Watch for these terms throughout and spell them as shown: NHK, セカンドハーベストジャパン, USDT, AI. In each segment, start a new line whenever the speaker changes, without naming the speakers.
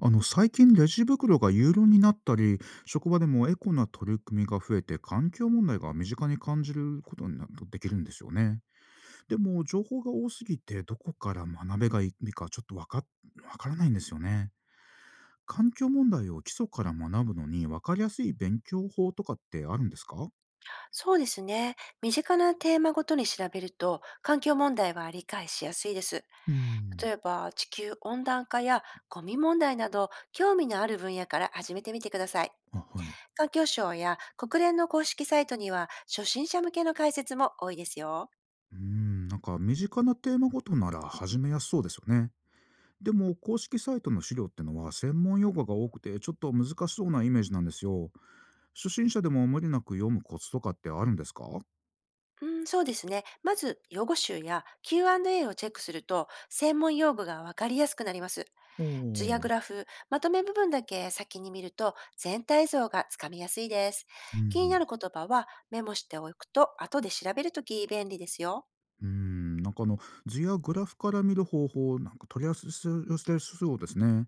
最近レジ袋が有料になったり、職場でもエコな取り組みが増えて環境問題が身近に感じることになできるんですよね。でも情報が多すぎてどこから学べがいいか、ちょっとわからないんですよね。環境問題を基礎から学ぶのにわかりやすい勉強法とかってあるんですか？
そうですね。身近なテーマごとに調べると、環境問題は理解しやすいです。
うーん。
例えば、地球温暖化やゴミ問題など、興味のある分野から始めてみてください。
あ、はい。
環境省や国連の公式サイトには、初心者向けの解説も多いですよ。
うーん、なんか身近なテーマごとなら始めやすそうですよね。でも公式サイトの資料ってのは専門用語が多くてちょっと難しそうなイメージなんですよ。初心者でも無理なく読むコツとかってあるんですか？お
うん、そうですね。まず、用語集や Q&A をチェックすると、専門用語がわかりやすくなります。
ー。
図やグラフ、まとめ部分だけ先に見ると全体像がつかみやすいです。
う
気に
ん。
なる言葉はメモしておくと後で調べるとき便利ですよ。
うん、図やグラフから見る方法、なんか取り寄せそうですね。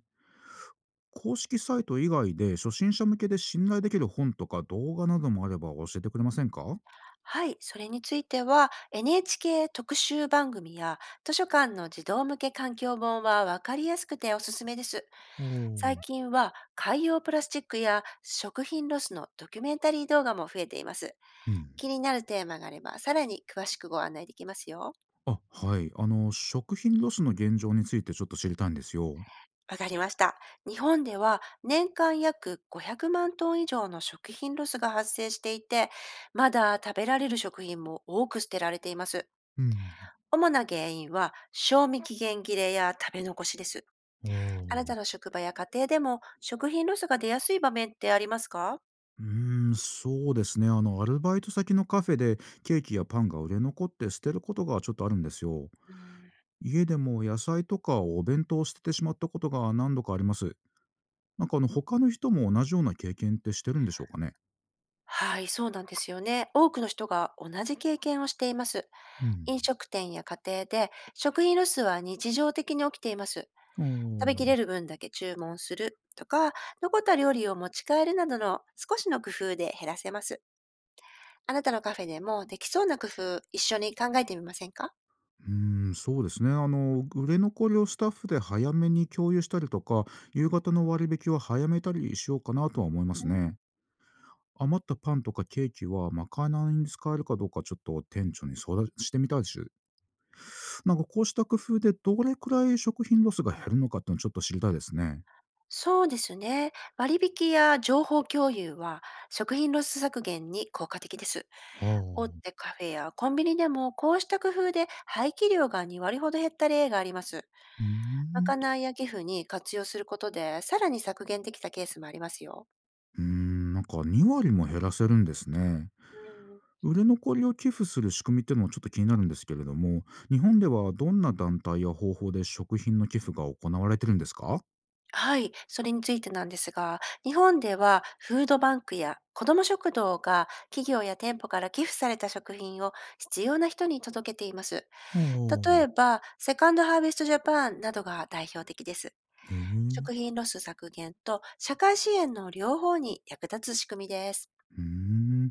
公式サイト以外で初心者向けで信頼できる本とか動画などもあれば教えてくれませんか？
はい、それについては NHK 特集番組や図書館の児童向け環境本はわかりやすくておすすめです。
お
最
ー。
近は海洋プラスチックや食品ロスのドキュメンタリー動画も増えています。
うん。
気になるテーマがあればさらに詳しくご案内できますよ。
あ、はい。食品ロスの現状についてちょっと知りたいんですよ。
わかりました。日本では年間約500万トン以上の食品ロスが発生していて、まだ食べられる食品も多く捨てられています。
うん。
主な原因は賞味期限切れや食べ残しです。
お
あな
ー。
たの職場や家庭でも食品ロスが出やすい場面ってありますか？
うーん、そうですね。アルバイト先のカフェでケーキやパンが売れ残って捨てることがちょっとあるんですよ。
うん、
家でも野菜とかお弁当を捨ててしまったことが何度かあります。他の人も同じような経験ってしてるんでしょうかね。
はい、そうなんですよね。多くの人が同じ経験をしています。
う
飲
ん。
食店や家庭で食品ロスは日常的に起きています。
あ
食べき
あ、
れる分だけ注文するとか、残った料理を持ち帰るなどの少しの工夫で減らせます。あなたのカフェでもできそうな工夫、一緒に考えてみませんか？
うーん、そうですね。売れ残りをスタッフで早めに共有したりとか、夕方の割引は早めたりしようかなとは思いま
う
す
ん、
ね。余ったパンとかケーキはまかないに使えるかどうか、ちょっと店長に相談してみたいです。こうした工夫でどれくらい食品ロスが減るのかっていうのを、ちょっと知りたいですね。
そうですね。割引や情報共有は食品ロス削減に効果的です。
は
大
あ。う
手カフェやコンビニでもこうした工夫で廃棄量が2割ほど減った例があります。
ー
ま
ん。
かないや寄付に活用することでさらに削減できたケースもありますよ。
うーん、なんか2割も減らせるんですね。
うん。
売れ残りを寄付する仕組みっていうのもちょっと気になるんですけれども、日本ではどんな団体や方法で食品の寄付が行われてるんですか？はあ。
はい、それについてなんですが、日本ではフードバンクや子ども食堂が企業や店舗から寄付された食品を必要な人に届けています。例えば、セカンドハーベストジャパンなどが代表的です。
へえ。う
食品ロス削減と社会支援の両方に役立つ仕組みです。
ーん。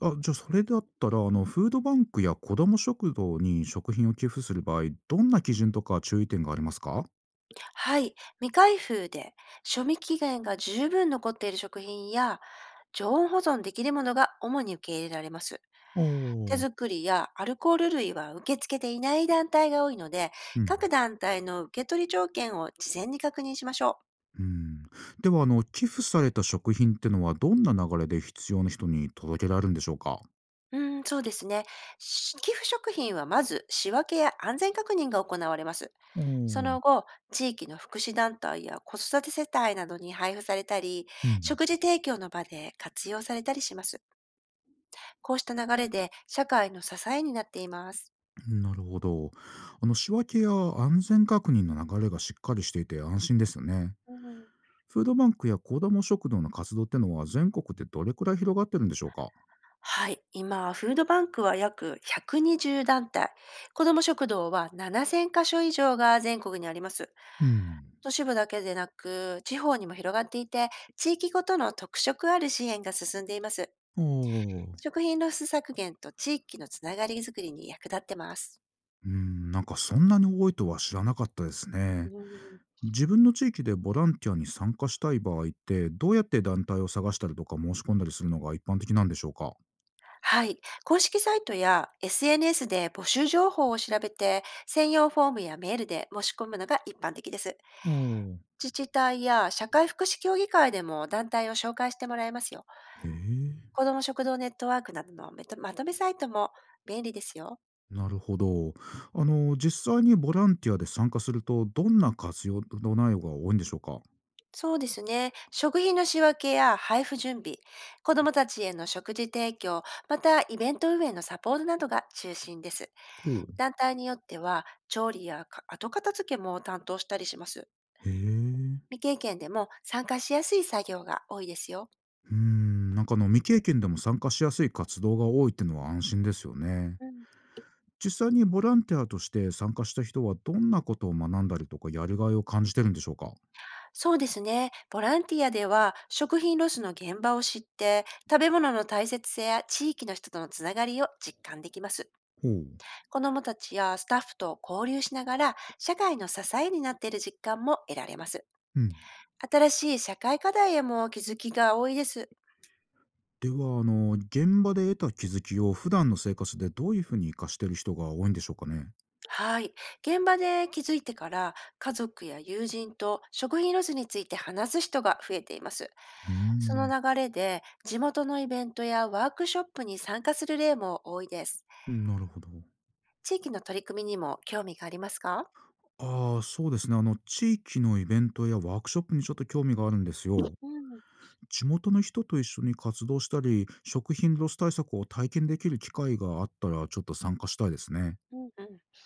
あ、じゃあそれだったら、フードバンクや子ども食堂に食品を寄付する場合、どんな基準とか注意点がありますか？
はい、未開封で賞味期限が十分残っている食品や常温保存できるものが主に受け入れられます。
あ
手
あ。
作りやアルコール類は受け付けていない団体が多いので、
うん
各団体の受け取り条件を事前に確認しましょう。
うん。では、寄付された食品ってのは、どんな流れで必要な人に届けられるんでしょうか？
うん、そうですね。寄付食品はまず仕分けや安全確認が行われます。
う
そ
ん。
の後、地域の福祉団体や子育て世帯などに配布されたり、
うん、
食事提供の場で活用されたりします。こうした流れで社会の支えになっています。
なるほど。仕分けや安全確認の流れがしっかりしていて安心ですよね。
うん。
フードバンクや子ども食堂の活動ってのは、全国でどれくらい広がってるんでしょうか？
はい、今、フードバンクは約120団体、子ども食堂は7000箇所以上が全国にあります。
うん。
都市部だけでなく、地方にも広がっていて、地域ごとの特色ある支援が進んでいます。
おお。う
食品ロス削減と地域のつながりづくりに役立ってます。
ん、なんかそんなに多いとは知らなかったですね。
うん、
自分の地域でボランティアに参加したい場合って、どうやって団体を探したりとか申し込んだりするのが一般的なんでしょうか？
はい。公式サイトや SNS で募集情報を調べて、専用フォームやメールで申し込むのが一般的です。
おおー。
自治体や社会福祉協議会でも団体を紹介してもらえますよ。
へえ、
子ども食堂ネットワークなどのまとめサイトも便利ですよ。
なるほど。実際にボランティアで参加すると、どんな活用の内容が多いんでしょうか？ほ
そうですね。食品の仕分けや配布準備、子どもたちへの食事提供、またイベント運営のサポートなどが中心です。
う。
団体によっては調理や後片付けも担当したりします。
へえ。
未経験でも参加しやすい作業が多いですよ。
うーん、未経験でも参加しやすい活動が多いってのは安心ですよね。
うん。
実際にボランティアとして参加した人はどんなことを学んだりとかやりがいを感じてるんでしょうか？
そうですね。ボランティアでは食品ロスの現場を知って、食べ物の大切さや地域の人とのつながりを実感できます。
ほう。
子どもたちやスタッフと交流しながら、社会の支えになっている実感も得られます。
うん。
新しい社会課題へも気づきが多いです。
では現場で得た気づきを普段の生活でどういうふうに活かしている人が多いんでしょうかね？
はい。現場で気づいてから、家族や友人と食品ロスについて話す人が増えています。
うー
その
ん。
流れで、地元のイベントやワークショップに参加する例も多いです。
なるほど。
地域の取り組みにも興味がありますか？
ああ、そうですね。地域のイベントやワークショップにちょっと興味があるんですよ。
うんうん。
地元の人と一緒に活動したり、食品ロス対策を体験できる機会があったらちょっと参加したいですね。
うん、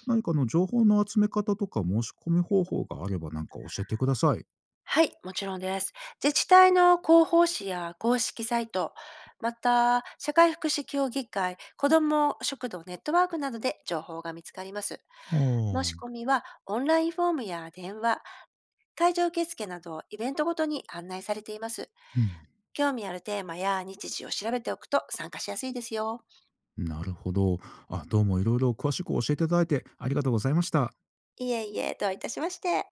何か情報の集め方とか申し込み方法があれば、なんか教えてください。
はい、もちろんです。自治体の広報誌や公式サイト、また社会福祉協議会、子ども食堂ネットワークなどで情報が見つかります。
あ
申
あ。
し込みはオンラインフォームや電話、会場受付などイベントごとに案内されています。興味あるテーマや日時を調べておくと参加しやすいですよ。
うん、なるほど。あ、どうもいろいろ詳しく教えていただいてありがとうございました。
いえいえ、どういたしまして。